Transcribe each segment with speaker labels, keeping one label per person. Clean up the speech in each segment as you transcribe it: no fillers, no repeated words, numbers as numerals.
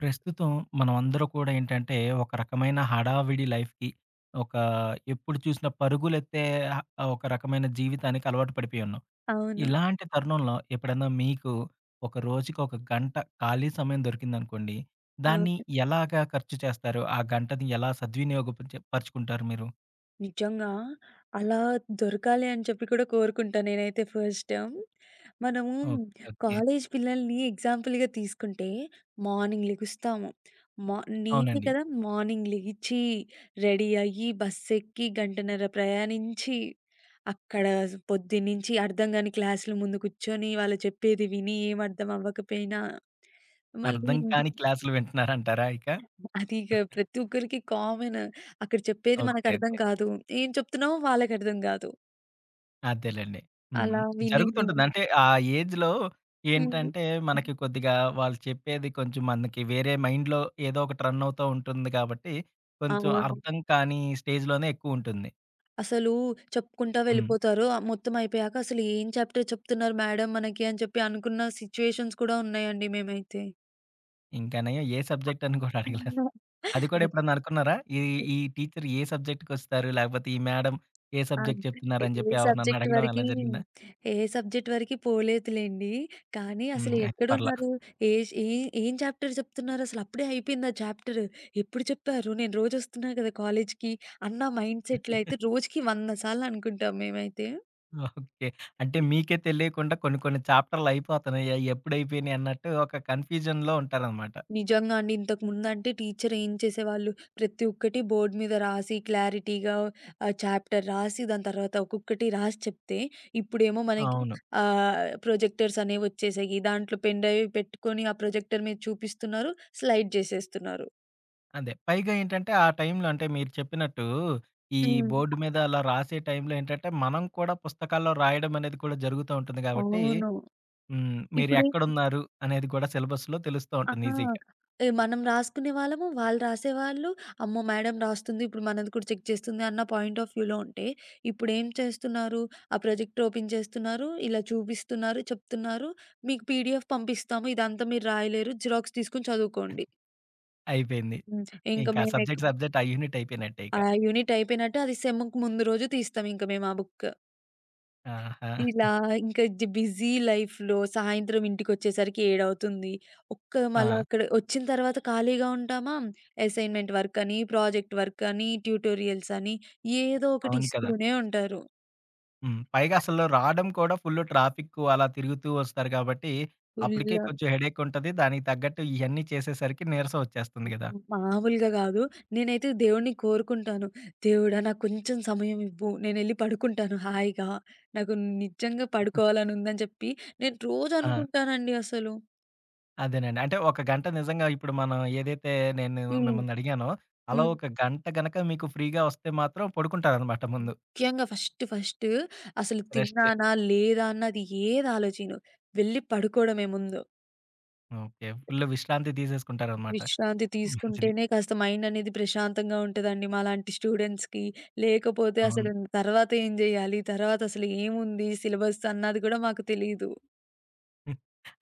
Speaker 1: ప్రస్తుతం మనమందరూ కూడా ఏంటంటే, ఒక రకమైన హడావిడి లైఫ్‌కి ఒక ఎప్పుడు చూసినా పరుగులెత్తే ఆహ్, ఒక రకమైన జీవితానికి అలవాటు పడిపోయి ఉన్నాం.
Speaker 2: అవును.
Speaker 1: ఇలాంటి తరుణంలో ఎప్పుడన్నా మీకు ఒక రోజుకి ఒక గంట ఖాళీ సమయం దొరికిందనుకోండి, దాన్ని
Speaker 2: అవును.
Speaker 1: ఎలాగా ఖర్చు చేస్తారు? ఆ గంటని ఎలా పరుచుకుంటారు మీరు?
Speaker 2: నిజంగా అలా దొరకాలి అని చెప్పి కూడా కోరుకుంటా నేనైతే ఫస్ట్. మనము
Speaker 1: ఓకే. ఓకే.
Speaker 2: కాలేజ్ పిల్లల్ని ఎగ్జాంపుల్‌గా తీసుకుంటే మార్నింగ్ లెగుస్తాము. మా నేనే
Speaker 1: అవునండి.
Speaker 2: కదా! మార్నింగ్ లెగిచి, రెడీ అయ్యి, బస్సెక్కి, గంటన్నర ప్రయాణించి, అక్కడ పొద్దున్నుంచి అర్థం గాని క్లాస్‌ల ముందు కూర్చొని, వాళ్ళు చెప్పేది విని ఏం అర్థం అవ్వకపోయినా మళ్ళీ
Speaker 1: అర్థం
Speaker 2: ఇంటికి
Speaker 1: కాని క్లాసులు వింటున్నారంటారా ఇక?
Speaker 2: అది ఇక ప్రతి ఒక్కరికి కామన్. అక్కడ చెప్పేది
Speaker 1: ఓకే.
Speaker 2: మనకర్థం
Speaker 1: ఓకే.
Speaker 2: కాదు. ఏం చెప్తున్నామో వాళ్ళకర్థం కాదు.
Speaker 1: అదేలెండి. హ్మ్.
Speaker 2: అలా విని
Speaker 1: జరుగుతుంటుంది.
Speaker 2: విని
Speaker 1: అంటే ఆ ఏజ్‌లో
Speaker 2: హ్మ్.
Speaker 1: ఏంటంటే, మనకి కొద్దిగా వాళ్ళు చెప్పేది కొంచెం మనకి వేరే మైండ్‌లో ఏదో ఒకటి రన్ అవుతా ఉంటుంది కాబట్టి, కొంచెం
Speaker 2: అవును.
Speaker 1: అర్థం కాని స్టేజ్‌లోనే ఎక్కువుంటుంది.
Speaker 2: అసలు చెప్పుకుంటా
Speaker 1: హ్మ్.
Speaker 2: వెళ్ళిపోతారు. మొత్తం అయిపోయాక అసలు ఏం చాప్టర్ చెప్తున్నారు మేడం మనకి అని చెప్పి అనుకున్న సిట్యుయేషన్స్ కూడా ఉన్నాయండి మేమైతే.
Speaker 1: ఇంకా నయం ఏ సబ్జెక్ట్ అని కూడా అడగలేదు. అది కూడా ఎప్పుడన్నా అనుకున్నారా? ఈ ఈ టీచర్ ఏ సబ్జెక్ట్‌కొస్తారు? లేకపోతే ఈ మేడం ఏ
Speaker 2: ఆ!
Speaker 1: సబ్జెక్ట్
Speaker 2: ఏ
Speaker 1: చెప్తున్నారని
Speaker 2: ఏ
Speaker 1: చెప్పి ఎవరినన్నా
Speaker 2: సబ్జెక్ట్
Speaker 1: అడగడం
Speaker 2: వరకి
Speaker 1: అలా జరిగిందా?
Speaker 2: ఏ సబ్జెక్ట్ వరకి పోలేదులెండి. కానీ
Speaker 1: హ్మ్.
Speaker 2: అసలు
Speaker 1: అయితే పర్లా.
Speaker 2: ఎక్కడున్నారు? ఏష్ ఏ ఏం చాప్టర్ చెప్తున్నారసలు? అప్పుడే అయిపోయింది ఆ చాప్టర్. ఎప్పుడు చెప్పారు? నేను రోజొస్తున్నా కదా కాలేజ్‌కి అన్న మైండ్ సెట్‌లో అయితే రోజుకి 100 సార్లు అనుకుంటాం మేమైతే.
Speaker 1: ఓకే. అంటే మీకే తెలియకుండా కొన్ని కొన్ని చాప్టర్‌లయిపోతున్నాయి. అయి ఎప్పుడైపోయినాయి అన్నట్టు ఒక కన్‌ఫ్యూజన్‌లో ఉంటారనమాట.
Speaker 2: నిజంగా అండి. ఇంతకుముందంటే టీచర్ ఏం చేసేవాళ్ళు, ప్రతి ఒక్కటి బోర్డ్ మీద రాసి క్లారిటీగా ఆ చాప్టర్ రాసి, దాని తర్వాత ఒక్కొక్కటి రాసి చెప్తే, ఇప్పుడేమో మనకి
Speaker 1: అవును.
Speaker 2: ఆహ్, ప్రొజెక్టర్స్ అనేవొచ్చేసాయి. దాంట్లో పెన్ డ్రైవ్ పెట్టుకొని, ఆ ప్రొజెక్టర్ మీద చూపిస్తున్నారు, స్లైడ్ జేసేస్తున్నారు.
Speaker 1: అదే. పైగా ఏంటంటే ఆ టైంలో అంటే మీరు చెప్పినట్టు ఈ
Speaker 2: హ్మ్.
Speaker 1: బోర్డు మీద అలా రాసే టైంలో ఏంటంటే మనం కూడా పుస్తకాల్లో రాయడం అనేది కూడా జరుగుతా ఉంటుంది గాబట్టి
Speaker 2: అవును.
Speaker 1: హ్మ్. మీరు
Speaker 2: ఇప్పుడు
Speaker 1: ఎక్కడున్నారు అనేది కూడా సిలబస్‌లో తెలుస్తూ
Speaker 2: ఆ!
Speaker 1: ఉంటుంది ఈజీగా.
Speaker 2: ఏ మనం రాసుకునే వాళ్ళము, వాళ్ళు రాసేవాళ్ళు, అమ్మో! మేడం రాస్తుంది, ఇప్పుడు మనది కూడా చెక్ చేస్తుంది అన్న పాయింట్ ఆఫ్ వ్యూలో ఉంటే, ఇప్పుడేం చేస్తున్నారు, ఆ ప్రాజెక్ట్ ఓపెన్ చేస్తున్నారు, ఇలా చూపిస్తున్నారు, చెప్తున్నారు, మీకు పీడీఎఫ్ పంపిస్తాము, ఇదంతా మీరు రాయలేరు, జిరాక్స్ తీసుకొని చదువుకోండి.
Speaker 1: అయిపోయింది.
Speaker 2: హ్మ్. ఇంక
Speaker 1: ఇంకా
Speaker 2: మేమెక్
Speaker 1: సబ్జెక్ట్ సబ్జెక్ట్ ఆ యూనిట్ అయిపోయినట్టే ఇక.
Speaker 2: ఆ యూనిట్ అయిపోయినట్టు అది సెమ్‌కి ముందు రోజు తీస్తాం ఇంక మేము ఆ బుక్.
Speaker 1: ఆహా!
Speaker 2: ఇలా ఇంకా బిజీ లైఫ్‌లో సాయంత్రం ఇంటికొచ్చేసరికి 7 అవుతుంది. ఒక్క మళ్ళా
Speaker 1: ఆ!
Speaker 2: అక్కడ వచ్చిన తర్వాత ఖాళీగా ఉంటామా? అసైన్‌మెంట్ వర్క్ అని, ప్రాజెక్ట్ వర్క్ అని, ట్యుటోరియల్స్ అని ఏదో ఒకటి
Speaker 1: అవును కదా!
Speaker 2: ఇస్తూనే ఉంటారు.
Speaker 1: హ్మ్. పైగా అసలు రావడం కూడా ఫుల్లు ట్రాఫిక్కు అలా తిరుగుతూ వస్తారు గాబట్టి, అప్పటికే
Speaker 2: ఫుల్
Speaker 1: కొంచెం హెడేక్ ఉంటది. దానికి తగ్గట్టు ఇయన్నీ చేసేసరికి నీరసం వచ్చేస్తుంది గదా!
Speaker 2: మామూలుగా కాదు. నేనైతే దేవుడిని కోరుకుంటాను. దేవుడా! నాకు కొంచెం సమయం ఇవ్వు. నేనెళ్ళి పడుకుంటాను హాయిగా. నాకు నిజంగా పడుకోవాలని ఉందని చెప్పి నేను రోజు
Speaker 1: ఆ!
Speaker 2: అనుకుంటానండి అసలు.
Speaker 1: అదేనండి. అంటే ఒక గంట నిజంగా ఇప్పుడు మనం ఏదైతే నేను
Speaker 2: హ్మ్.
Speaker 1: మిమ్మల్ని అడిగానో, అలా
Speaker 2: హ్మ్.
Speaker 1: ఒక గంట గనక మీకు ఫ్రీగా వస్తే మాత్రం పడుకుంటారనమాట ముందు.
Speaker 2: ముఖ్యంగా ఫస్ట్ ఫస్ట్ అసలు
Speaker 1: రెస్ట్.
Speaker 2: తిన్నానా? లేదా? అన్నది ఏది ఆలోచీను. వెళ్లి పడుకోవడమే ముందు.
Speaker 1: ఓకే. ఫుల్లు విశ్రాంతి తీసేసుకుంటారనమాట.
Speaker 2: విశ్రాంతి
Speaker 1: మంచిది.
Speaker 2: తీసుకుంటేనే కాస్త మైండ్ అనేది ప్రశాంతంగా ఉంటదండి మాలాంటి స్టూడెంట్స్‌కి. లేకపోతే
Speaker 1: అవును.
Speaker 2: అసలు తర్వాత ఏం జేయాలి? తర్వాత అసలు ఏముంది సిలబస్ అన్నది కూడా మాకు తెలీదు.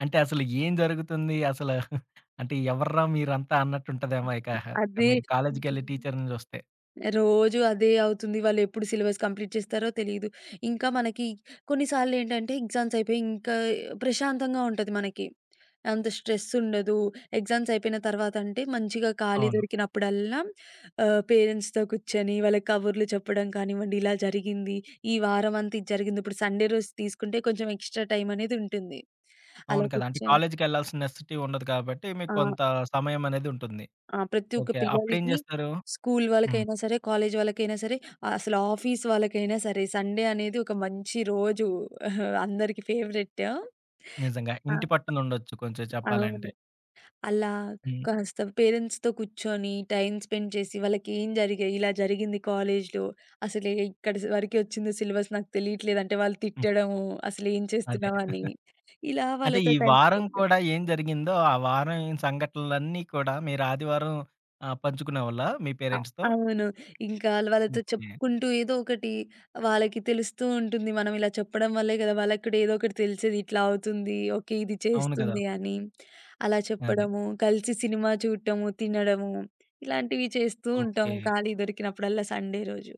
Speaker 1: అంటే అసలు ఏం జరుగుతుంది? అసలు అంటే ఎవర్రా మీరంతా అన్నట్టుంటదేమో ఇక.
Speaker 2: అదే
Speaker 1: మీరు
Speaker 2: ఇంక-
Speaker 1: కాలేజ్‌కెళ్ళి టీచర్‌ని జూస్తే.
Speaker 2: రోజు అదే అవుతుంది. వాళ్ళు ఎప్పుడు సిలబస్ కంప్లీట్ చేస్తారో తెలీదు. ఇంకా మనకి కొన్నిసార్లు ఏంటంటే ఎగ్జామ్స్ అయిపోయి ఇంకా ప్రశాంతంగా ఉంటది మనకి. అంత స్ట్రెస్ ఉండదు. ఎగ్జామ్స్ అయిపోయిన తర్వాత అంటే మంచిగా ఖాళీ
Speaker 1: అవును.
Speaker 2: దొరికినప్పుడల్లా పేరెంట్స్‌తో కూర్చొని వాళ్ళకి కబుర్లు చెప్పడం కానివ్వండి, ఇలా జరిగింది. ఈ వారం అంతా ఇది జరిగింది. ఇప్పుడు సండే రోజు తీసుకుంటే కొంచెం ఎక్స్‌ట్రా టైమ్ అనేది ఉంటుంది. అలా
Speaker 1: అవును కదా! అంటే
Speaker 2: కూర్చొని
Speaker 1: కాలేజికెళ్ళాల్సిన నెసెసిటీ ఉండదు కాబట్టి మీకు
Speaker 2: ఆ!
Speaker 1: కొంత సమయం అనేది ఉంటుంది.
Speaker 2: ఆ! ప్రతి ఒక్క
Speaker 1: ఓకే. అప్పుడేం
Speaker 2: పిల్లలకి
Speaker 1: జేస్తారు?
Speaker 2: స్కూల్
Speaker 1: హ్మ్.
Speaker 2: వాళ్ళకైనా సరే, కాలేజ్ వాళ్ళకైనా సరే, అసలు ఆఫీస్ వాళ్ళకైనా సరే సండే అనేది ఒక మంచి రోజు. అందరికి ఫేవరెట్.
Speaker 1: నిజంగా.
Speaker 2: ఆ!
Speaker 1: ఇంటి పట్టునుండొచ్చు కొంచెం
Speaker 2: అవును.
Speaker 1: చెప్పాలంటే.
Speaker 2: అలా
Speaker 1: హ్మ్.
Speaker 2: కాస్త పేరెంట్స్‌తో కూర్చొని, టైమ్ స్పెండ్ చేసి, వాళ్ళకి ఏం జరిగాయి, ఇలా జరిగింది కాలేజ్‌లో, అసలు ఇక్కడి వరకే వచ్చింది సిలబస్ నాకు తెలియట్లేదు అంటే, వాళ్ళు
Speaker 1: హ్మ్.
Speaker 2: తిట్టడము, అసలు ఏం
Speaker 1: అదే.
Speaker 2: చేస్తున్నావని, ఇలా
Speaker 1: అంటే
Speaker 2: వాళ్ళతో
Speaker 1: ఈ
Speaker 2: టైమ్
Speaker 1: వారం
Speaker 2: స్పెండ్
Speaker 1: కూడా ఏం జరిగిందో, ఆ వారం ఏం సంఘటనలన్నీ కూడా మీరు ఆదివారం పంచుకునేవాళ్ళా మీ
Speaker 2: అ
Speaker 1: పేరెంట్స్‌తో?
Speaker 2: అవును. ఇంకా వాళ్ళతో
Speaker 1: ఓకే.
Speaker 2: చెప్పుకుంటూ ఏదో ఒకటి వాళ్ళకి తెలుస్తూ ఉంటుంది. మనం ఇలా చెప్పడం వల్లే కదా! వాళ్ళకి కూడా ఏదో ఒకటి తెలిసేది. ఇట్లా అవుతుంది. ఓకే. ఇది
Speaker 1: అవును కదా!
Speaker 2: చేస్తుంది అని. అలా
Speaker 1: అదే.
Speaker 2: చెప్పడము, కలిసి సినిమా చూడటము, తినడము ఇలాంటివి చేస్తూ
Speaker 1: ఓకే.
Speaker 2: ఉంటాము ఖాళీ దొరికినప్పుడల్లా సండే రోజు.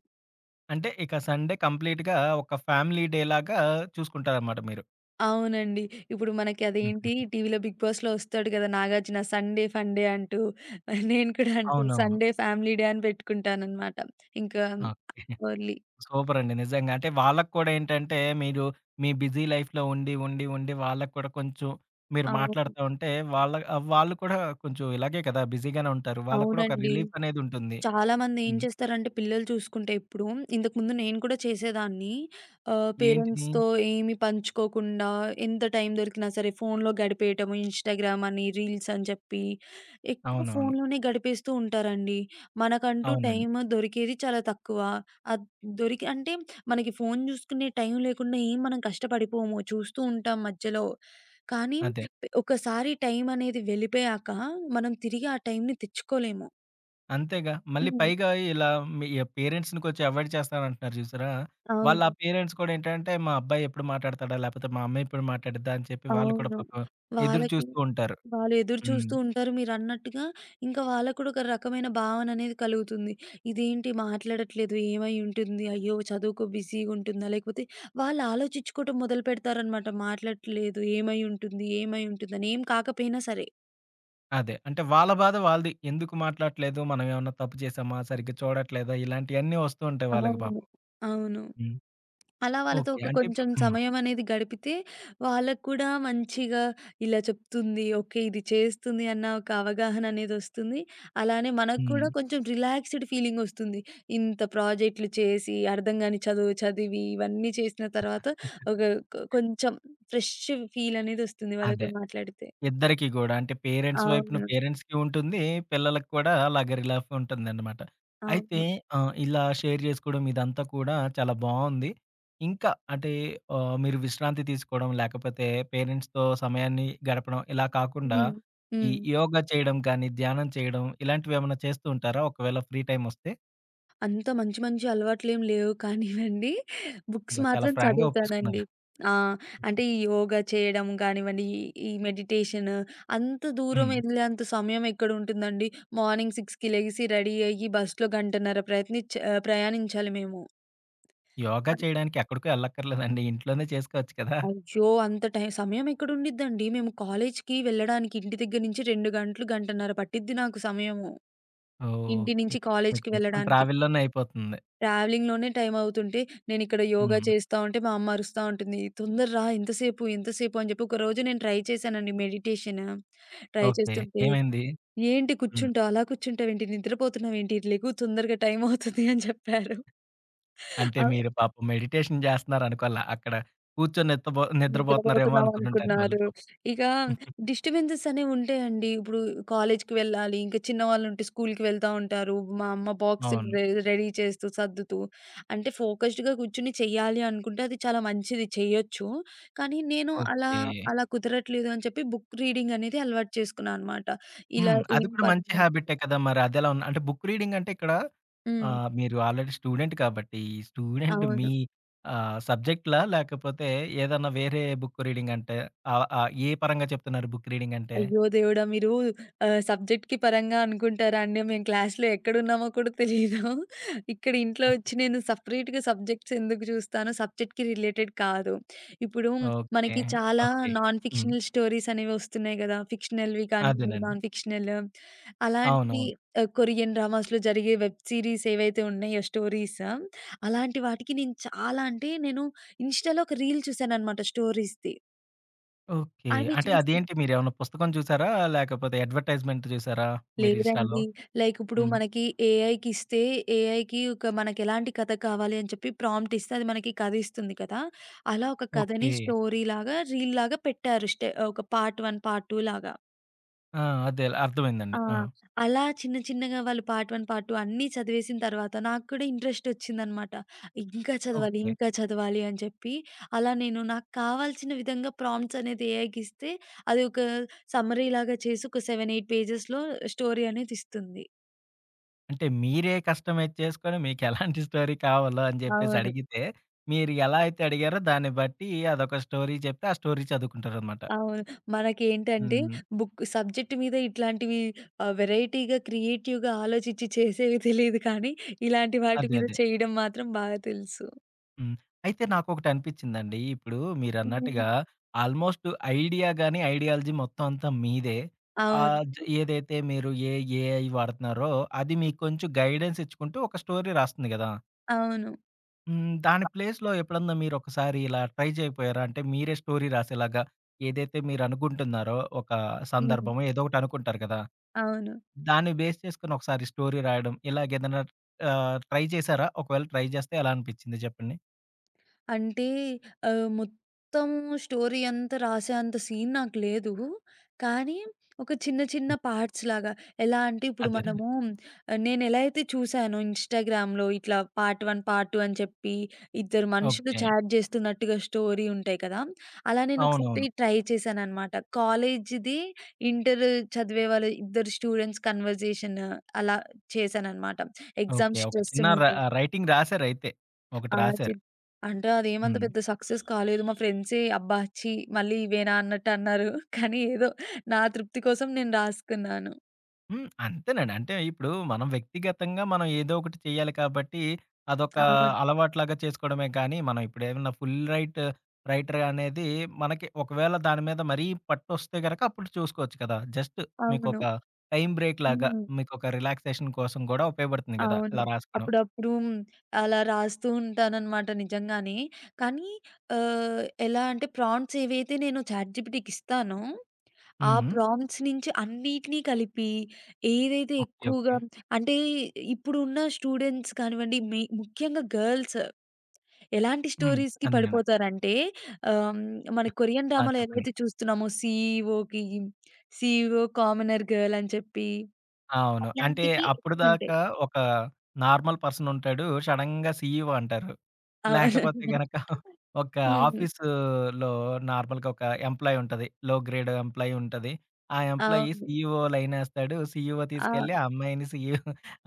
Speaker 1: అంటే ఇక సండే కంప్లీట్‌గా ఒక ఫ్యామిలీ డే లాగా చూసుకుంటారన్నమాట మీరు.
Speaker 2: అవునండి. ఇప్పుడు మనకి
Speaker 1: హుహు.
Speaker 2: అదేంటి టీవీలో 'బిగ్ బాస్‌లో' వస్తాడు కదా! నాగార్జున సండే ఫన్‌డే అంటూ నేను కూడా అంటూ
Speaker 1: అవునవును.
Speaker 2: సండే ఫ్యామిలీ డే అని పెట్టుకుంటాననమాట. ఇంకా
Speaker 1: ఓకే.
Speaker 2: ఓన్లీ
Speaker 1: సూపరండి. నిజంగా. అంటే వాళ్ళకి కూడా ఏంటంటే, మీరు మీ బిజీ లైఫ్‌లో ఉండి వాళ్ళకి కూడా కొంచెం మీరు
Speaker 2: అవును.
Speaker 1: మాట్లాడుతా ఉంటే, వాళ్ళు కూడా కొంచెం ఇలాగే కదా! బిజీగానే ఉంటారు. వాళ్ళకి కూడా ఒక
Speaker 2: అవునండి.
Speaker 1: రిలీఫ్ అనేది ఉంటుంది.
Speaker 2: చాలామంది ఏం
Speaker 1: హ్మ్.
Speaker 2: చేస్తారంటే పిల్లలు చూసుకుంటే ఇప్పుడు ఇంతకుముందు నేను కూడా చేసేదాన్ని.
Speaker 1: ఏంటిది?
Speaker 2: పేరెంట్స్‌తో ఏమి పంచుకోకుండా ఎంత టైం దొరికినా సరే ఫోన్‌లో గడిపేయటము, ఇన్‌స్టాగ్రామ్ అని, రీల్స్ అని చెప్పి ఎక్కువ
Speaker 1: అవునవును.
Speaker 2: ఫోన్‌లోనే గడిపేస్తూ ఉంటారండి. మనకంటూ
Speaker 1: అవునండి.
Speaker 2: టైం దొరికేది చాలా తక్కువ. అద్ దొరికి అంటే మనకి ఫోన్ చూసుకునే టైం లేకుండా ఏం మనం కష్టపడిపోము. చూస్తూ ఉంటాం మధ్యలో. కానీ
Speaker 1: అదే.
Speaker 2: ఒకసారి టైం అనేది వెళ్ళిపోయాక మనం తిరిగి ఆ టైంని తెచ్చుకోలేము.
Speaker 1: అంతేగా. మళ్ళీ
Speaker 2: హ్మ్.
Speaker 1: పైగా ఇలా మీ పేరెంట్స్‌ని కొంచెం అవాయిడ్ చేస్తానంటున్నారు చూసారా? వాళ్ళ ఆ
Speaker 2: అవును.
Speaker 1: పేరెంట్స్ కూడా ఏంటంటే, మా అబ్బాయి ఎప్పుడు మాట్లాడతాడా? లేకపోతే మా అమ్మాయి ఎప్పుడు మాట్లాడిద్దా? అని చెప్పి వాళ్ళు కూడా
Speaker 2: అవును.
Speaker 1: పాపం ఎదురు
Speaker 2: వాళ్ళకి
Speaker 1: చూస్తూ ఉంటారు.
Speaker 2: వాళ్ళు ఎదురు
Speaker 1: హ్మ్.
Speaker 2: చూస్తూ ఉంటారు మీరన్నట్టుగా. ఇంకా వాళ్ళకి కూడా ఒక రకమైన భావన అనేది కలుగుతుంది. ఇదేంటి మాట్లాడట్లేదు ఏమై ఉంటుంది? అయ్యో! చదువుకో బిజీగా ఉంటుందా? లేకపోతే వాళ్ళు ఆలోచించుకోవటం మొదలుపెడతారనమాట. మాట్లాడట్లేదు ఏమై ఉంటుంది? ఏమై ఉంటుందని? ఏం కాకపోయినా సరే.
Speaker 1: అదే. అంటే వాళ్ళ బాధ వాళ్ళది. ఎందుకు మాట్లాడట్లేదు? మనం ఏమన్నా తప్పు చేశామా? సరిగ్గా చూడట్లేదా? ఇలాంటియన్నీ వస్తూ ఉంటాయి వాళ్ళకి
Speaker 2: అవును.
Speaker 1: పాపం.
Speaker 2: అవును.
Speaker 1: హ్మ్.
Speaker 2: అలా వాళ్ళతో
Speaker 1: ఓకే.
Speaker 2: ఒక
Speaker 1: అంటే ఇప్పుడు
Speaker 2: కొంచెం
Speaker 1: హ్మ్.
Speaker 2: సమయం అనేది గడిపితే వాళ్ళకి కూడా మంచిగా ఇలా చెప్తుంది. ఓకే. ఇది చేస్తుంది అన్న ఒక అవగాహన అనేదొస్తుంది. అలానే మనకు
Speaker 1: హ్మ్.
Speaker 2: కూడా కొంచెం రిలాక్స్‌డ్ ఫీలింగొస్తుంది. ఇంత ప్రాజెక్ట్‌లు చేసి, అర్థం గాని చదువు చదివి, ఇవన్నీ చేసిన తర్వాత ఒక కొంచెం ఫ్రెష్ ఫీలనేదొస్తుంది వాళ్ళతో
Speaker 1: అదే.
Speaker 2: మాట్లాడితే.
Speaker 1: ఇద్దరికీ గూడా. అంటే పేరెంట్స్ వైపున
Speaker 2: అవును.
Speaker 1: పేరెంట్స్‌కి ఉంటుంది. పిల్లలకి కూడా అలాగే రిలాఫ్ ఉంటుందన్నమాట. అయితే
Speaker 2: అవును.
Speaker 1: ఇలా షేర్ జేసుకోవడం ఇదంతా కూడా చాలా బావుంది. ఇంకా అంటే మీరు విశ్రాంతి తీసుకోవడం, లేకపోతే పేరెంట్స్‌తో సమయాన్ని గడపడం ఇలా కాకుండా
Speaker 2: హ్మ్.
Speaker 1: ఈ
Speaker 2: హ్మ్.
Speaker 1: యోగా చేయడం కానీ, ధ్యానం చేయడం ఇలాంటివేమన్నా చేస్తూ ఉంటారా? ఒకవేళ ఫ్రీ టైమ్ వస్తే?
Speaker 2: అంత మంచి మంచి అలవాట్లేం లేవు కానివ్వండి. బుక్స్
Speaker 1: అబ్బా! చాలా
Speaker 2: మాత్రం
Speaker 1: ఫ్రాంక్‌గా
Speaker 2: చదువుతానండి.
Speaker 1: ఒప్పేసుకున్నారు.
Speaker 2: ఆ! అంటే ఈ యోగా చేయడం కానివ్వండి, ఈ మెడిటేషన్ అంత దూరం
Speaker 1: హ్మ్.
Speaker 2: ఎళ్ళేంత సమయం ఎక్కడుంటుందండి. మార్నింగ్ 6కి లెగిసి రెడీ అయ్యి బస్‌లో గంటన్నర ప్రయాణించాలి మేము.
Speaker 1: యోగా
Speaker 2: అన్
Speaker 1: చేయడానికి ఎక్కడికో ఎళ్ళక్కర్లేదండి. ఇంట్లోనే చేసుకోవచ్చు కదా!
Speaker 2: అయ్యో! అంత టైం సమయం ఎక్కడుండిద్దండి. మేము కాలేజ్‌కి వెళ్ళడానికి ఇంటి దగ్గర నుంచి 2 గంటలు, గంటన్నర పట్టిద్ది నాకు సమయము. ఇంటి
Speaker 1: ఓకే.
Speaker 2: నుంచి
Speaker 1: మీకు
Speaker 2: కాలేజ్‌కి
Speaker 1: మొత్తం
Speaker 2: వెళ్ళడానికి.
Speaker 1: ట్రావెల్‌లోనే అయిపోతుంది.
Speaker 2: ట్రావెలింగ్‌లోనే టైం అవుతుంటే, నేనిక్కడ యోగా
Speaker 1: హ్మ్.
Speaker 2: చేస్తా ఉంటే, మా అమ్మ అరుస్తా ఉంటుంది. "తొందర రా ఎంతసేపు, ఎంతసేపు" అని చెప్పి, ఒకరోజు నేను ట్రై చేశానండి మెడిటేషన్. Try
Speaker 1: okay.
Speaker 2: చేస్తుంటే,
Speaker 1: ఏమైంది?
Speaker 2: "ఏంటి
Speaker 1: హ్మ్.
Speaker 2: కూర్చుంటావు, అలా కూర్చుంటావేంటి, నిద్రపోతున్నావేంటి, లెగు తొందరగా టైం అవుతుంది" అని చెప్పారు.
Speaker 1: అంటే
Speaker 2: అ
Speaker 1: మీరు పాపం మెడిటేషన్ జేస్తున్నారనుకోలా. అక్కడ కూర్చొని నిద్రబోతున్నారేమో
Speaker 2: నిద్రపోతున్నాం
Speaker 1: అనుకునుంటారు వాళ్ళు
Speaker 2: అనుకున్నారు.
Speaker 1: పాపం.
Speaker 2: ఇక డిస్టర్బెన్సెస్ అనేవుంటాయండి. ఇప్పుడు కాలేజ్‌కి వెళ్ళాలి. ఇంకా చిన్నవాళ్ళుంటే స్కూల్‌కి వెళ్తా ఉంటారు. మా అమ్మ బాక్సులు
Speaker 1: అవును.
Speaker 2: రెడీ చేస్తూ, సర్దుతూ అంటే ఫోకస్డ్‌గా కూర్చొని చెయ్యాలి అనుకుంటే అది చాలా మంచిది చెయ్యొచ్చు. కానీ నేను
Speaker 1: ఓకే.
Speaker 2: అలా కుదరట్లేదు అని చెప్పి బుక్ రీడింగ్ అనేది అలవాటు చేసుకున్నా అనమాట. ఇలా
Speaker 1: హ్మ్. అది
Speaker 2: ఏం
Speaker 1: కూడా మంచి
Speaker 2: పనుంది
Speaker 1: హాబిటే కదా! మరి అదెలా ఉన్ అంటే బుక్ రీడింగ్ అంటే ఇక్కడ
Speaker 2: హ్మ్.
Speaker 1: మీరు ఆల్రెడీ స్టూడెంట్ కాబట్టి, ఈ స్టూడెంట్
Speaker 2: అవును.
Speaker 1: మీ సబ్జెక్ట్‌లా? లేకపోతే ఏదన్నా వేరే బుక్ రీడింగ్ అంటే ఆహ్, ఆహ్, ఏ పరంగా చెప్తున్నారు బుక్ రీడింగ్ అంటే?
Speaker 2: అయ్యో దేవుడా! మీరు సబ్జెక్ట్‌కి పరంగా అనుకుంటారా అండి? మేము క్లాస్‌లో ఎక్కడున్నామో కూడా తెలీదు. ఇక్కడ ఇంట్లో వచ్చి నేను సెపరేట్‌గా సబ్జెక్ట్స్ ఎందుకు చూస్తాను? సబ్జెక్ట్‌కి రిలేటెడ్ కాదు. ఇప్పుడు
Speaker 1: ఓకే.
Speaker 2: మనకి చాలా
Speaker 1: okay.
Speaker 2: Non
Speaker 1: hmm.
Speaker 2: Fictional stories అనేవి వస్తున్నాయి గదా! ఫిక్షనల్‌వి కానివ్వండి,
Speaker 1: అదేనండి.
Speaker 2: నాన్ ఫిక్షనల్ అలాంటివి
Speaker 1: అవునవును.
Speaker 2: కొరియన్ డ్రామాస్‌లో జరిగే వెబ్ సీరీస్ ఏవైతే ఉన్నాయో స్టోరీస్ అలాంటి వాటికి నేను చాలా అంటే నేను ఇన్‌స్టాలో ఒక రీల్ చూశాననమాట స్టోరీస్‌ది.
Speaker 1: ఓకే.
Speaker 2: అవి
Speaker 1: అంటే
Speaker 2: చూసి
Speaker 1: అదేంటి మీరేమన్నా పుస్తకం చూసారా? లేకపోతే అడ్వర్‌టైజ్‌మెంట్ చూసారా మీరు ఇన్‌స్టాలో?
Speaker 2: లేదండి. లైక్ ఇప్పుడు
Speaker 1: హ్మ్.
Speaker 2: మనకి ఏఐకిస్తే, ఏఐకి ఒక మనకెలాంటి కథ కావాలి అని చెప్పి ప్రాంప్ట్ ఇస్తే అది మనకి కథ ఇస్తుంది కదా! అలా ఒక కథని
Speaker 1: ఓకే.
Speaker 2: స్టోరీలాగా, రీల్‌లాగా పెట్టారు. ఒక పార్ట్ 1, పార్ట్ 2 లాగా.
Speaker 1: ఆ! అదే
Speaker 2: ఆ!
Speaker 1: అర్థమైందండి. ఆ!
Speaker 2: అలా చిన్న చిన్నగా వాళ్ళు పార్ట్ 1, పార్ట్ 2 అన్నీ చదివేసిన తర్వాత నాకు కూడా ఇంట్రెస్ట్ వచ్చిందనమాట. ఇంకా చదవాలి,
Speaker 1: ఓకే.
Speaker 2: ఇంకా చదవాలి అని చెప్పి అలా నేను నాకు కావాల్సిన విధంగా ప్రాంప్ట్స్ అనేది ఏఐకిస్తే అది ఒక సమ్మరీ లాగా చేసి ఒక 7, 8 పేజెస్‌లో స్టోరీ అనేది ఇస్తుంది.
Speaker 1: అంటే మీరే కస్టమైజ్ చేసుకొని మీకెలాంటి స్టోరీ కావాలో అని జెప్పేసి
Speaker 2: అవును.
Speaker 1: అడిగితే, మీరు ఎలా అయితే అడిగారో దాన్ని బట్టి అదొక స్టోరీ చెప్తే, ఆ స్టోరీ చదువుకుంటారనమాట.
Speaker 2: అవును. మనకేంటంటే
Speaker 1: హ్మ్.
Speaker 2: బుక్ సబ్జెక్ట్ మీద ఇట్లాంటివి వెరైటీగా, క్రియేటివ్‌గా ఆలోచించి చేసేవి తెలీదు కానీ, ఇలాంటి వాటి
Speaker 1: అదే.
Speaker 2: మీద
Speaker 1: అదే.
Speaker 2: చేయడం మాత్రం బాగా తెలుసు.
Speaker 1: హ్మ్. అయితే నాకొకటనిపించిందండి. ఇప్పుడు
Speaker 2: హ్మ్.
Speaker 1: మీరన్నట్టుగా ఆల్‌మోస్ట్ ఐడియా గాని, ఐడియాలజీ మొత్తం అంతా మీదే. ఆహ్, జ
Speaker 2: అవును.
Speaker 1: ఏదైతే మీరు ఏఐ వాడుతున్నారో అది మీకు కొంచెం గైడెన్స్ ఇచ్చుకుంటూ ఒక స్టోరీ రాస్తుంది గదా!
Speaker 2: అవును.
Speaker 1: హ్మ్. దాని ప్లేస్‌లో ఎప్పుడన్నా మీరొకసారి ఇలా ట్రై చేయకపోయారా? అంటే మీరే స్టోరీ రాసేలాగా ఏదైతే మీరనుకుంటున్నారో ఒక
Speaker 2: హ్మ్.
Speaker 1: సందర్భమో ఏదో ఒకటనుకుంటారు కదా!
Speaker 2: అవును.
Speaker 1: దాన్ని బేస్ చేసుకొని ఒకసారి స్టోరీ రాయడం ఇలాగేదైనా ట్రై చేశారా? ఒకవేళ ట్రై చేస్తే ఎలా అనిపించింది చెప్పండి?
Speaker 2: అంటే ఆహ్, మొత్తం స్టోరీ అంతా రాసేంత సీన్ నాకు లేదు. కానీ ఒక చిన్న చిన్న పార్ట్స్ లాగా. ఎలా అంటే ఇప్పుడు
Speaker 1: అదేనండి.
Speaker 2: మనము నేనెలా అయితే చూసానో ఇన్‌స్టాగ్రామ్‌లో ఇట్లా పార్ట్ 1, పార్ట్ 2 అని చెప్పి ఇద్దరు మనుషులు
Speaker 1: ఓకే.
Speaker 2: చాట్ చేస్తున్నట్టుగా స్టోరీ ఉంటాయి కదా! అలా నేను
Speaker 1: అవునవును.
Speaker 2: ఒకసారి ట్రై చేశాననమాట. ఇంటర్ చదివే వాళ్ళ ఇద్దరు స్టూడెంట్స్ కన్వర్జేషన్ అలా చేశాననమాట. Exam
Speaker 1: okay. ఒక
Speaker 2: స్ట్రెస్
Speaker 1: చిన్న
Speaker 2: మీద.
Speaker 1: రైటింగ్ రాసారైతే. ఒకటి
Speaker 2: ఆ! చి
Speaker 1: రాసారు.
Speaker 2: అంటే అదేమంత
Speaker 1: హ్మ్.
Speaker 2: పెద్ద సక్సెస్ కాలేదు. మా ఫ్రెండ్సే "అబ్బా! ఛీ! మళ్ళీ ఇవేనా" అన్నట్టు అన్నారు. కానీ ఏదో నా తృప్తి కోసం నేను రాసుకున్నాను.
Speaker 1: హ్మ్. అంతేనండి. అంటే ఇప్పుడు మనం వ్యక్తిగతంగా ఏదో ఒకటి చేయాలి కాబట్టి, అదొక
Speaker 2: అవును.
Speaker 1: అలవాటులాగా చేసుకోవడమే కానీ, మనం ఇప్పుడేమన్నా ఫుల్ రైట్ రైటర్ అనేది మనకి ఒకవేళ దాని మీద మరీ పట్టొస్తే గనక అప్పుడు చూసుకోవచ్చు కదా! జస్ట్
Speaker 2: అవును.
Speaker 1: మీకొక టైమ్ బ్రేక్ లాగా,
Speaker 2: హ్మ్.
Speaker 1: మీకొక రిలాక్సేషన్ కోసం గూడా ఉపయోగపడుతుంది గదా!
Speaker 2: అవును.
Speaker 1: ఇలా రాసుకోవడం.
Speaker 2: అప్పుడప్పుడు అలా రాస్తూ ఉంటాననమాట నిజంగానే. కానీ ఎలా అంటే ప్రాంప్ట్స్ ఏవైతే నేను చాట్‌జిపిటికి ఇస్తానో, ఆ
Speaker 1: హ్మ్.
Speaker 2: ప్రాంప్ట్స్ నుంచి అన్నిటిని కలిపి ఏదైతే
Speaker 1: ఓకే. ఓకే.
Speaker 2: ఎక్కువగా అంటే ఇప్పుడున్న స్టూడెంట్స్ కానివ్వండి, ముఖ్యంగా గర్ల్స్ ఎలాంటి
Speaker 1: హ్మ్.
Speaker 2: స్టోరీస్‌కి
Speaker 1: అదేనండి.
Speaker 2: పడిపోతారంటే ఆహ్, హ్మ్, మన కొరియన్
Speaker 1: ఆ!
Speaker 2: డ్రామాలో
Speaker 1: చెప్పండి.
Speaker 2: ఏదైతే చూస్తున్నామో సీఈఓకి, సీఈఓ కామనర్ గర్ల్ అని చెప్పి
Speaker 1: అవును. అంటే
Speaker 2: అట్లాంటివి ఎక్కువుంటాయి.
Speaker 1: అప్పటిదాకా ఒక నార్మల్ పర్సన్ ఉంటాడు. సడెన్‌గా సీఈఓ అంటారు.
Speaker 2: అవును.
Speaker 1: లేకపోతే గనక ఒక
Speaker 2: హ్మ్.
Speaker 1: ఆఫీసులో నార్మల్‌గా ఒక ఎంప్లాయీ ఉంటది. లో గ్రేడ్ ఎంప్లాయీ ఉంటది. ఆ ఎంప్లాయీ
Speaker 2: అవును.
Speaker 1: సీఈఓ లైనేస్తాడు. సీఈఓ
Speaker 2: ఆ!
Speaker 1: తీసుకెళ్ళి ఆ అమ్మాయిని సీఈఓ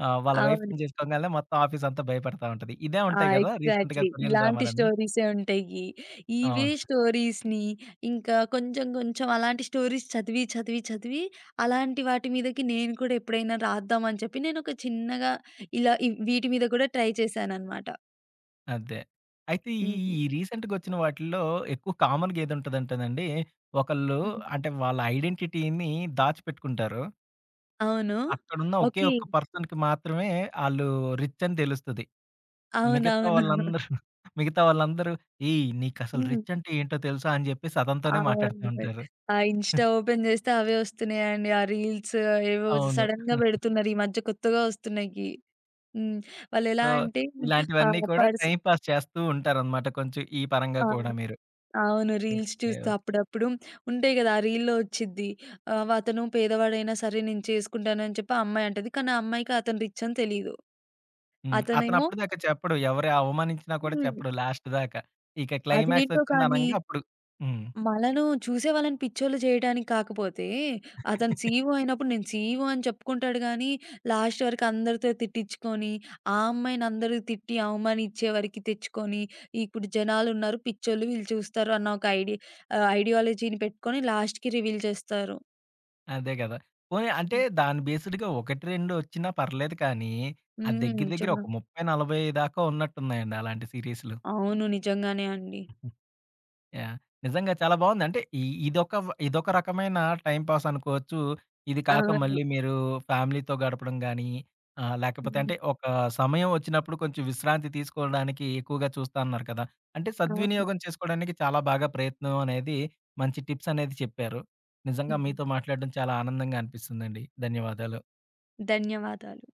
Speaker 1: వాళ్ళ
Speaker 2: అవును.
Speaker 1: వైఫ్‌ని చేసుకోగానే మొత్తం ఆఫీస్ అంతా భయపడతా ఉంటది. ఇదే
Speaker 2: ఆ!
Speaker 1: ఉంటాయి గదా! రీసెంట్‌గా
Speaker 2: ఎగ్జాక్ట్‌లీ.
Speaker 1: కొరియన్
Speaker 2: ఇలాంటి
Speaker 1: డ్రామాలన్నీ.
Speaker 2: స్టోరీసే ఉంటాయి. ఇవే
Speaker 1: అవును.
Speaker 2: స్టోరీస్‌ని ఇంకా కొంచెం కొంచెం అలాంటి స్టోరీస్ చదివి అలాంటి వాటి మీదకి నేను కూడా ఎప్పుడైనా రాద్దాం అని చెప్పి నేనొక చిన్నగా ఇలా ఇ వీటి మీద కూడా ట్రై చేశాననమాట.
Speaker 1: అదే. అయితే ఈ
Speaker 2: హ్మ్.
Speaker 1: ఈ రీసెంట్‌గొచ్చిన వాటిల్లో ఎక్కువ కామన్‌గా ఏదుంటదంటేనండి, ఒకళ్ళు
Speaker 2: హ్మ్.
Speaker 1: అంటే వాళ్ళ ఐడెంటిటీని దాచిపెట్టుకుంటారు.
Speaker 2: అవును.
Speaker 1: అక్కడున్న ఒకే
Speaker 2: ఓకే.
Speaker 1: ఒక్క పర్సన్‌కి మాత్రమే ఆళ్ళు రిచ్ అని తెలుస్తది. మిగతా
Speaker 2: అవునవును.
Speaker 1: వాళ్ళందరూ మిగతా వాళ్ళందరూ "ఏయ్! నీకసలు
Speaker 2: హ్మ్.
Speaker 1: రిచ్ అంటే ఏంటో తెలుసా?" అని జెప్పేసి అతనితోనే మాట్లాడుతూ
Speaker 2: అవును.
Speaker 1: ఉంటారు.
Speaker 2: ఆ ఇన్‌స్టా ఓపెన్ చేస్తే అవే వస్తున్నాయండి. ఆ రీల్స్ ఏవో
Speaker 1: అవును.
Speaker 2: సడెన్‌గా పెడుతున్నారు. ఈ మధ్య కొత్తగా వస్తున్నాయి. హ్మ్. వాళ్ళెలా
Speaker 1: సో,
Speaker 2: అంటే
Speaker 1: ఇలాంటివన్నీ
Speaker 2: ఆహ్,
Speaker 1: కూడా
Speaker 2: పర్స్
Speaker 1: టైమ్ పాస్ చేస్తూ ఉంటారనమాట కొంచెం ఈ పరంగా
Speaker 2: ఆ!
Speaker 1: కూడా మీరు.
Speaker 2: అవును. Reels
Speaker 1: okay.
Speaker 2: చూస్తూ అప్పుడప్పుడు ఉంటాయి కదా! ఆ రీల్‌లో వచ్చిద్ది. అతను పేదవాడైనా సరే నేను చేసుకుంటానని చెప్పి ఆ అమ్మాయి అంటది. కానీ ఆ అమ్మాయికి అతను రిచ్ అని తెలీదు.
Speaker 1: హ్మ్.
Speaker 2: అతనేమో
Speaker 1: అతనప్పటిదాకా చెప్పడు. ఎవరు అవమానించినా కూడా
Speaker 2: హ్మ్.
Speaker 1: చెప్పడు లాస్ట్ దాకా. ఇక క్లైమాక్స్
Speaker 2: అదేంటో కానీ
Speaker 1: వచ్చిందనంగా అప్పుడు హ్మ్.
Speaker 2: మనను చూసేవాళ్ళని పిచ్చోళ్ళు చేయడానికి కాకపోతే, అతను సీఈఓ అయినప్పుడు నేను సీఈఓ అని చెప్పుకుంటాడు గానీ, లాస్ట్ వరకు అందరితో తిట్టించుకొని, ఆ అమ్మాయిని అందరూ తిట్టి అవమానిచ్చే వరకి తెచ్చుకొని, ఇప్పుడు జనాలున్నారు పిచ్చోళ్ళు వీళ్ళు చూస్తారు అన్న ఒక ఐడియాలజీని పెట్టుకొని లాస్ట్‌కి రివీల్ చేస్తారు.
Speaker 1: అదే గదా! పోనీ అంటే
Speaker 2: హ్మ్.
Speaker 1: దాని బేస్డ్‌గా 1, 2 వచ్చినా పర్లేదు కానీ, అది దగ్గర దగ్గర
Speaker 2: నిజంగా.
Speaker 1: ఒక 30, 40 దాకా ఉన్నట్టున్నాయండి అలాంటి సీరీస్‌లు.
Speaker 2: అవును. నిజంగానే అండి.
Speaker 1: యాహ్! నిజంగా చాలా బావుంది. అంటే ఈ ఇదొక రకమైన టైమ్ పాస్ అనుకోవచ్చు. ఇది కాక
Speaker 2: అవును.
Speaker 1: మళ్ళీ మీరు ఫ్యామిలీతో గడపడం గానీ, లేకపోతే
Speaker 2: హ్మ్.
Speaker 1: అంటే ఒక సమయం వచ్చినప్పుడు కొంచెం విశ్రాంతి తీసుకోవడానికి ఎక్కువగా చూస్తా అన్నారు కదా! అంటే
Speaker 2: అవును.
Speaker 1: సద్వినియోగం చేసుకోవడానికి చాలా బాగా ప్రయత్నం అనేది మంచి టిప్స్ అనేది చెప్పారు. నిజంగా
Speaker 2: హ్మ్.
Speaker 1: మీతో మాట్లాడడం చాలా ఆనందంగా అనిపిస్తుందండి. ధన్యవాదాలు.
Speaker 2: ధన్యవాదాలు.